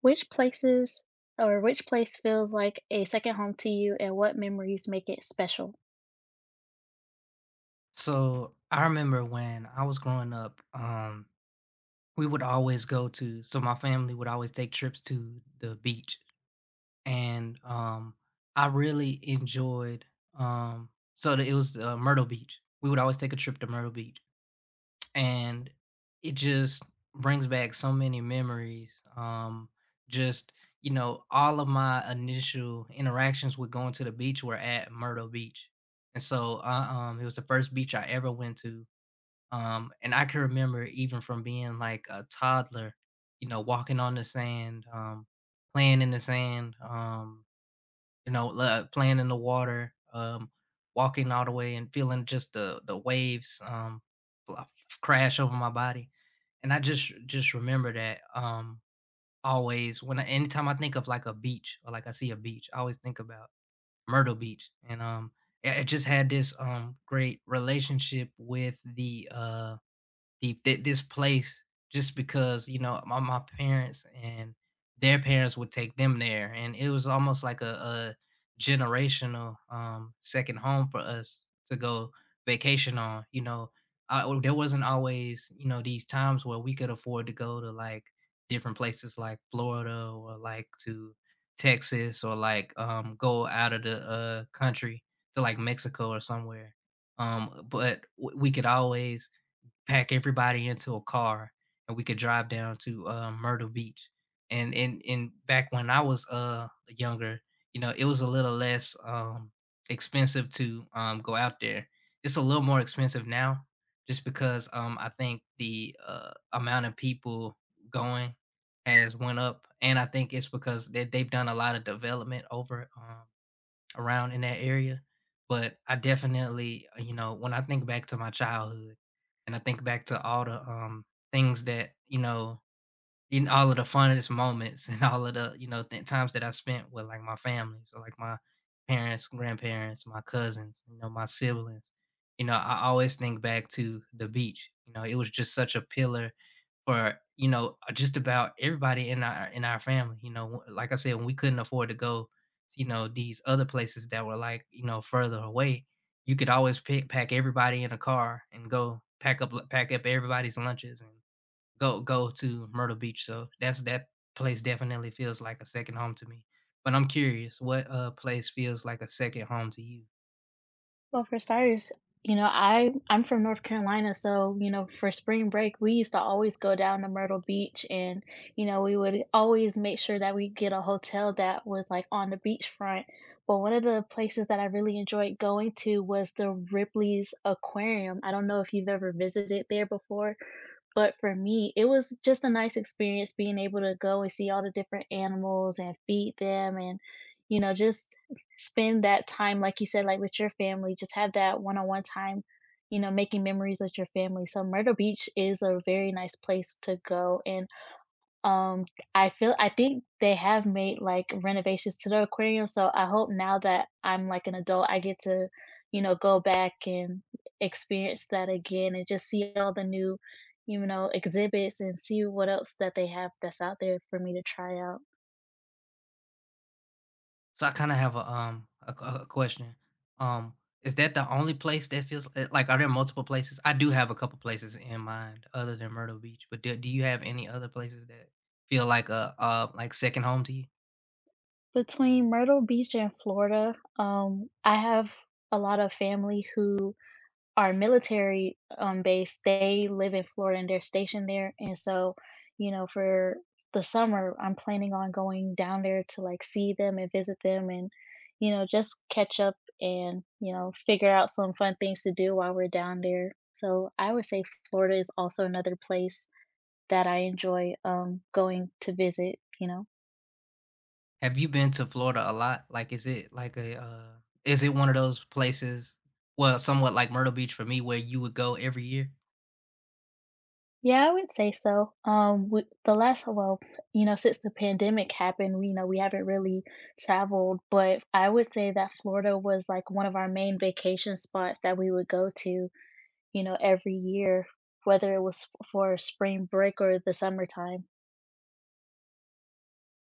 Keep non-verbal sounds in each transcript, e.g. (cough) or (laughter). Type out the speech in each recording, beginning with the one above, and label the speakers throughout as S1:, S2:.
S1: Which places or which place feels like a second home to you, and what memories make it special?
S2: So I remember when I was growing up, we would always go to, so my family would always take trips to the beach. And I really enjoyed, so that it was Myrtle Beach. We would always take a trip to Myrtle Beach. And it just brings back so many memories. Just, you know, all of my initial interactions with going to the beach were at Myrtle Beach. And so it was the first beach I ever went to and I can remember even from being like a toddler, you know, walking on the sand, playing in the sand, playing in the water, walking all the way and feeling just the waves fl- crash over my body. And I just remember that always when anytime I think of like a beach or like I see a beach, I always think about Myrtle Beach. And yeah, it just had this great relationship with the this place just because you know my parents and their parents would take them there, and it was almost like a generational second home for us to go vacation on, you know. There wasn't always, you know, these times where we could afford to go to like different places like Florida or like to Texas or like go out of the country to like Mexico or somewhere, but we could always pack everybody into a car and we could drive down to, Myrtle Beach. And back when I was, younger, you know, it was a little less, expensive to, go out there. It's a little more expensive now just because, I think the, amount of people going has went up, and I think it's because they've done a lot of development over, around in that area. But I definitely, you know, when I think back to my childhood and I think back to all the things that, you know, in all of the funnest moments (laughs) and all of the, you know, times that I spent with like my family. So like my parents, grandparents, my cousins, you know, my siblings. You know, I always think back to the beach. You know, it was just such a pillar for, you know, just about everybody in our family, you know, like I said, when we couldn't afford to go, you know, these other places that were like, you know, further away, you could always pack everybody in a car and go pack up everybody's lunches and go to Myrtle Beach. So that's that place definitely feels like a second home to me. But I'm curious, what place feels like a second home to you?
S1: Well, for starters, you know, I'm from North Carolina, so, you know, for spring break, we used to always go down to Myrtle Beach and, you know, we would always make sure that we get a hotel that was like on the beachfront. But one of the places that I really enjoyed going to was the Ripley's Aquarium. I don't know if you've ever visited there before, but for me, it was just a nice experience being able to go and see all the different animals and feed them and, you know, just spend that time, like you said, like with your family, just have that one on one time, you know, making memories with your family. So Myrtle Beach is a very nice place to go. And um I feel I think they have made like renovations to the aquarium. So I hope now that I'm like an adult I get to, you know, go back and experience that again and just see all the new, you know, exhibits and see what else that they have that's out there for me to try out.
S2: So I kinda have a q a question. Um, is that the only place that feels like, are there multiple places? I do have a couple places in mind other than Myrtle Beach, but do you have any other places that feel like a, like, second home to you?
S1: Between Myrtle Beach and Florida, I have a lot of family who are military, based. They live in Florida and they're stationed there, and so, you know, for the summer, I'm planning on going down there to, like, see them and visit them and, you know, just catch up and, you know, figure out some fun things to do while we're down there. So, I would say Florida is also another place that I enjoy, going to visit, you know?
S2: Have you been to Florida a lot? Like, is it like a, is it one of those places, well, somewhat like Myrtle Beach for me, where you would go every year?
S1: Yeah, I would say so. We, the last, well, you know, since the pandemic happened, you know, we haven't really traveled, but I would say that Florida was like one of our main vacation spots that we would go to, you know, every year, whether it was for spring break or the summertime.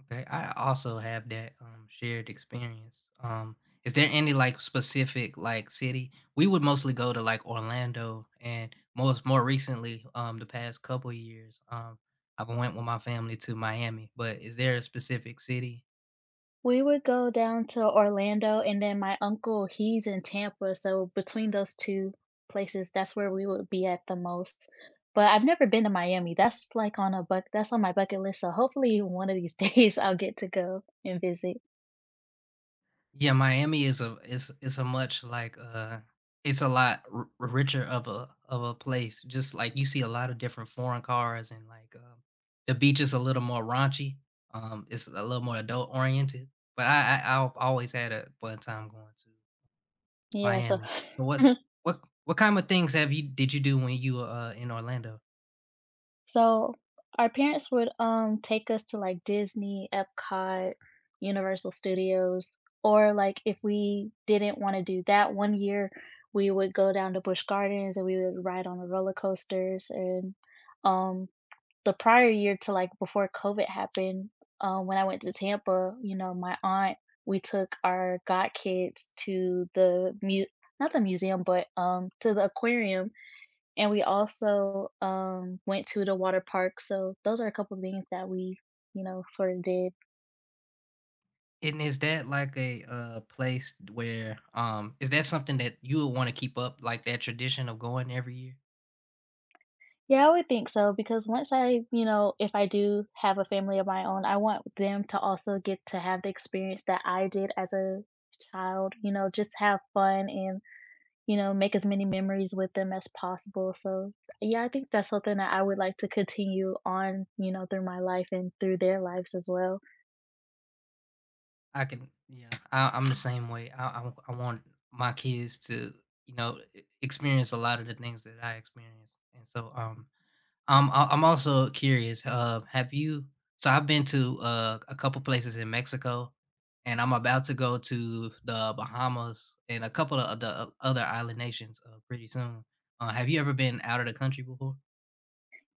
S2: Okay, I also have that shared experience. Is there any like specific like city? We would mostly go to like Orlando, and most more recently, the past couple years, I've went with my family to Miami. But is there a specific city.
S1: We would go down to Orlando, and then my uncle, he's in Tampa, so between those 2 places, that's where we would be at the most. But I've never been to Miami. That's, like, on a buck that's on my bucket list, so hopefully one of these (laughs) days I'll get to go and visit.
S2: Yeah, Miami is a is is a much like it's a lot richer of a place. Just like you see a lot of different foreign cars and like the beach is a little more raunchy. It's a little more adult oriented. But I've always had a fun time going to
S1: Yeah, so
S2: Miami. So
S1: (laughs)
S2: what kind of things have you did you do when you were in Orlando?
S1: So our parents would take us to like Disney, Epcot, Universal Studios, or like if we didn't want to do that one year, we would go down to Busch Gardens and we would ride on the roller coasters. And um the prior year to like before COVID happened, when I went to Tampa, you know, my aunt we took our godkids to the not the museum, but to the aquarium and we also, went to the water park, so those are a couple of things that we, you know, sort of did.
S2: And is that like a place where is that something that you would want to keep up like that tradition of going every year?
S1: Yeah, I would think so because once I you know, if I do have a family of my own, I want them to also get to have the experience that I did as a child, you know, just have fun and, you know, make as many memories with them as possible. So, yeah, I think that's something that I would like to continue on, you know, through my life and through their lives as well.
S2: I can, yeah, I'm the same way. I want my kids to, you know, experience a lot of the things that I experienced. And so, I'm also curious. Have you? So I've been to a couple places in Mexico, and I'm about to go to the Bahamas and a couple of the other island nations pretty soon. Have you ever been out of the country before?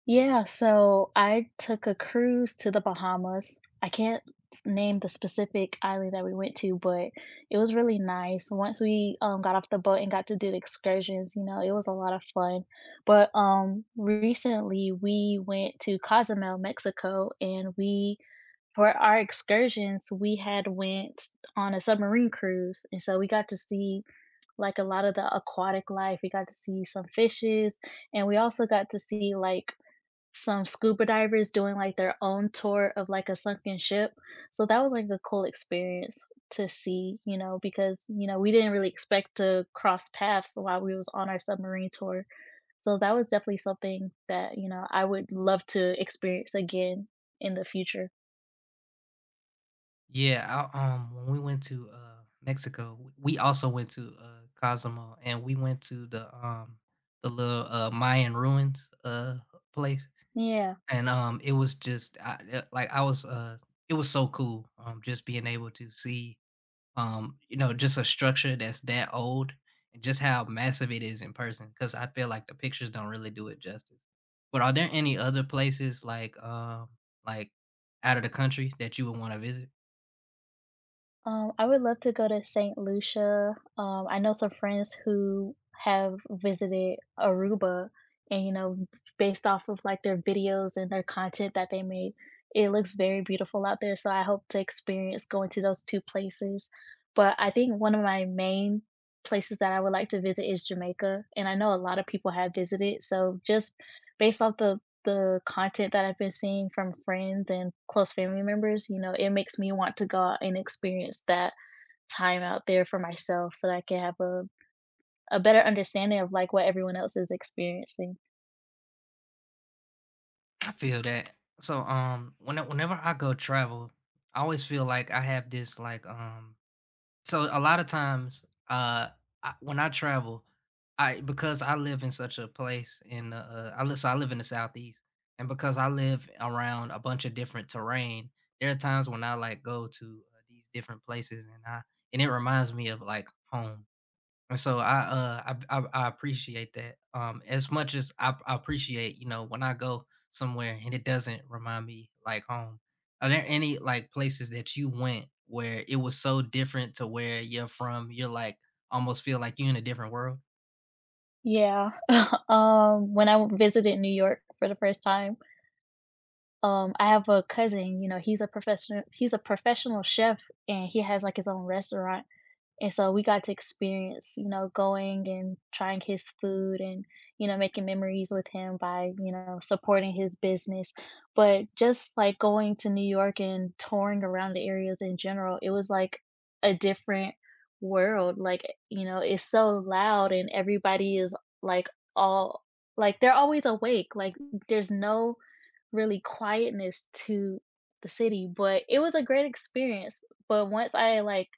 S1: Yeah, so I took a cruise to the Bahamas. I can't name the specific island that we went to, but it was really nice. Once we got off the boat and got to do the excursions, you know, it was a lot of fun. But recently we went to Cozumel, Mexico, and we for our excursions we had went on a submarine cruise, and so we got to see like a lot of the aquatic life. We got to see some fishes, and we also got to see like some scuba divers doing, like, their own tour of, like, a sunken ship. So that was, like, a cool experience to see, you know, because, you know, we didn't really expect to cross paths while we was on our submarine tour. So that was definitely something that, you know, I would love to experience again in the future.
S2: Yeah, when we went to Mexico, we also went to Cozumel, and we went to the little Mayan ruins place,
S1: Yeah.
S2: and it was just like I was it was so cool, just being able to see, you know, just a structure that's that old and just how massive it is in person because I feel like the pictures don't really do it justice. But are there any other places like out of the country that you would want to visit?
S1: I would love to go to Saint Lucia. I know some friends who have visited Aruba, and you know, based off of like their videos and their content that they made, it looks very beautiful out there. So I hope to experience going to those two places. But I think one of my main places that I would like to visit is Jamaica, and I know a lot of people have visited. So just based off the content that I've been seeing from friends and close family members, you know, it makes me want to go out and experience that time out there for myself so that I can have a better understanding of like what everyone else is experiencing.
S2: I feel that. So when whenever I go travel, I always feel like I have this like so a lot of times when I travel, I because I live in such a place in I live in the southeast, and because I live around a bunch of different terrain, there are times when I like go to, these different places and I and it reminds me of like home, and so I I appreciate that. As much as I appreciate, you know, when I go somewhere and it doesn't remind me like home. Are there any like places that you went where it was so different to where you're from? You're like almost feel like you're in a different world.
S1: Yeah. (laughs) When I visited New York for the first time, I have a cousin, you know, he's a professional chef and he has like his own restaurant. And so we got to experience, you know, going and trying his food and, you know, making memories with him by, you know, supporting his business. But just like going to New York and touring around the areas in general, it was like a different world. Like, you know, it's so loud and everybody is like all like they're always awake. Like there's no really quietness to the city, but it was a great experience. But once I like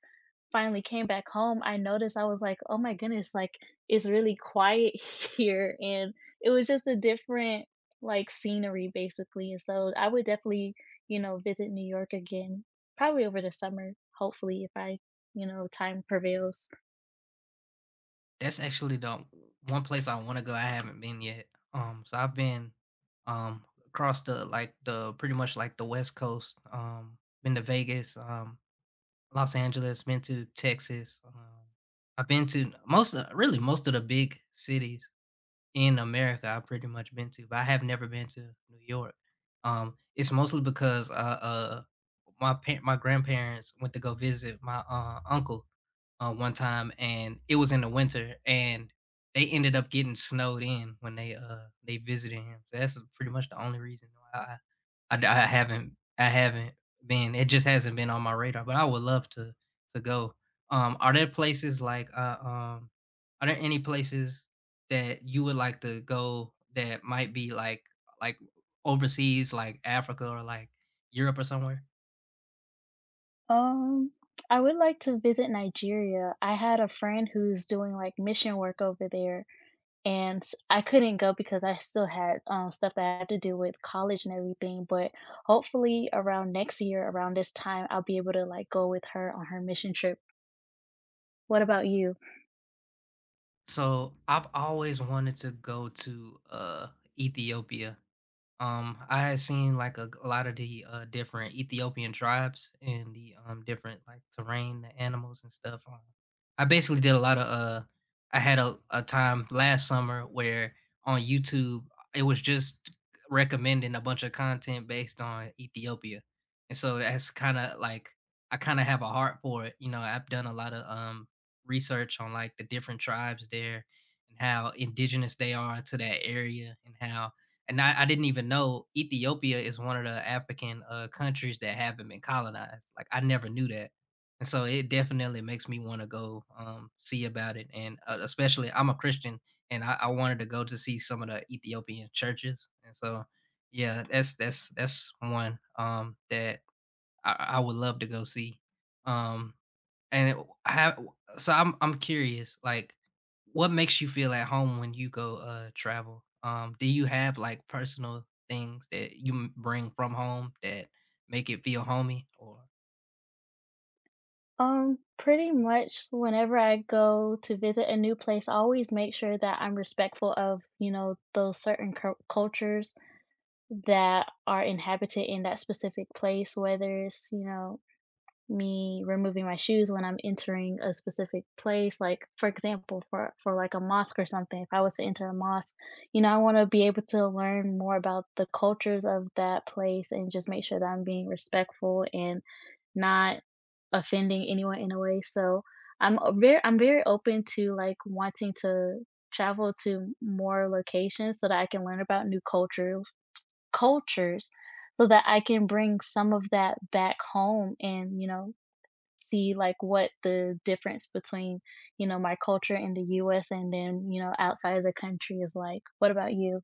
S1: finally came back home, I noticed I was like, "Oh my goodness, like, it's really quiet (laughs) here," and it was just a different, like, scenery, basically, and so I would definitely, you know, visit New York again, probably over the summer, hopefully, if I you know, time prevails.
S2: That's actually the one place I want to go. I haven't been yet. So I've been across the like the pretty much like the west coast. Um, been to Vegas. Um, Los Angeles, been to Texas. I've been to most of, really most of the big cities in America I've pretty much been to, but I have never been to New York. It's mostly because my grandparents went to go visit my uncle one time, and it was in the winter, and they ended up getting snowed in when they visited him. So that's pretty much the only reason why I haven't been. It just hasn't been on my radar, but I would love to go. Are there places like are there any places that you would like to go that might be like overseas, like Africa or like Europe or somewhere?
S1: Um, I would like to visit Nigeria. I had a friend who's doing, like, mission work over there. And s I couldn't go because I still had, stuff that I had to do with college and everything, but hopefully around next year, around this time, I'll be able to, like, go with her on her mission trip. What about you?
S2: So I've always wanted to go to Ethiopia. I had seen like a lot of the different Ethiopian tribes and the different like terrain, the animals and stuff. I basically did a lot of. I had a time last summer where on YouTube it was just recommending a bunch of content based on Ethiopia, and so that's kind of like I kind of have a heart for it. You know, I've done a lot of, research on like the different tribes there and how indigenous they are to that area, and how and I didn't even know Ethiopia is one of the African countries that haven't been colonized. Like I never knew that, and so it definitely makes me want to go see about it. And especially, I'm a Christian, and I wanted to go to see some of the Ethiopian churches. And so, yeah, that's that's one that I would love to go see. Um, and it have so I'm curious, like, what makes you feel at home when you go, travel? Do you have, like, personal things that you m bring from home that make it feel homey or.
S1: Pretty much whenever I go to visit a new place, I always make sure that I'm respectful of, you know, those certain cultures that are inhabited in that specific place, whether it's, you know, me removing my shoes when I'm entering a specific place, like, for example, for, like, a mosque or something, if I was to enter a mosque, you know, I wanna be able to learn more about the cultures of that place and just make sure that I'm being respectful and not offending anyone in a way, so I'm very open to, like, wanting to travel to more locations so that I can learn about new cultures so that I can bring some of that back home and, you know, see like what the difference between, you know, my culture in the US and then, you know, outside of the country is like. What about you?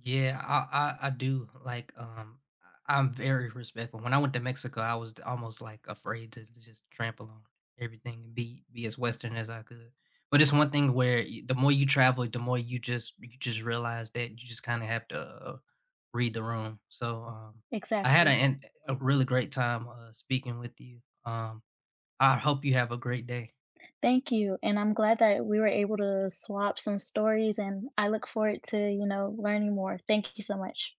S2: Yeah, I do, like, I'm very respectful. When I went to Mexico, I was almost, like, afraid to just trample on everything and be as Western as I could. But it's one thing where y the more you travel, the more you just realize that you just kinda have to, read the room. So, I had a
S1: Exactly.
S2: an a really great time, speaking with you. I hope you have a great day.
S1: Thank you. And I'm glad that we were able to swap some stories and I look forward to, you know, learning more. Thank you so much.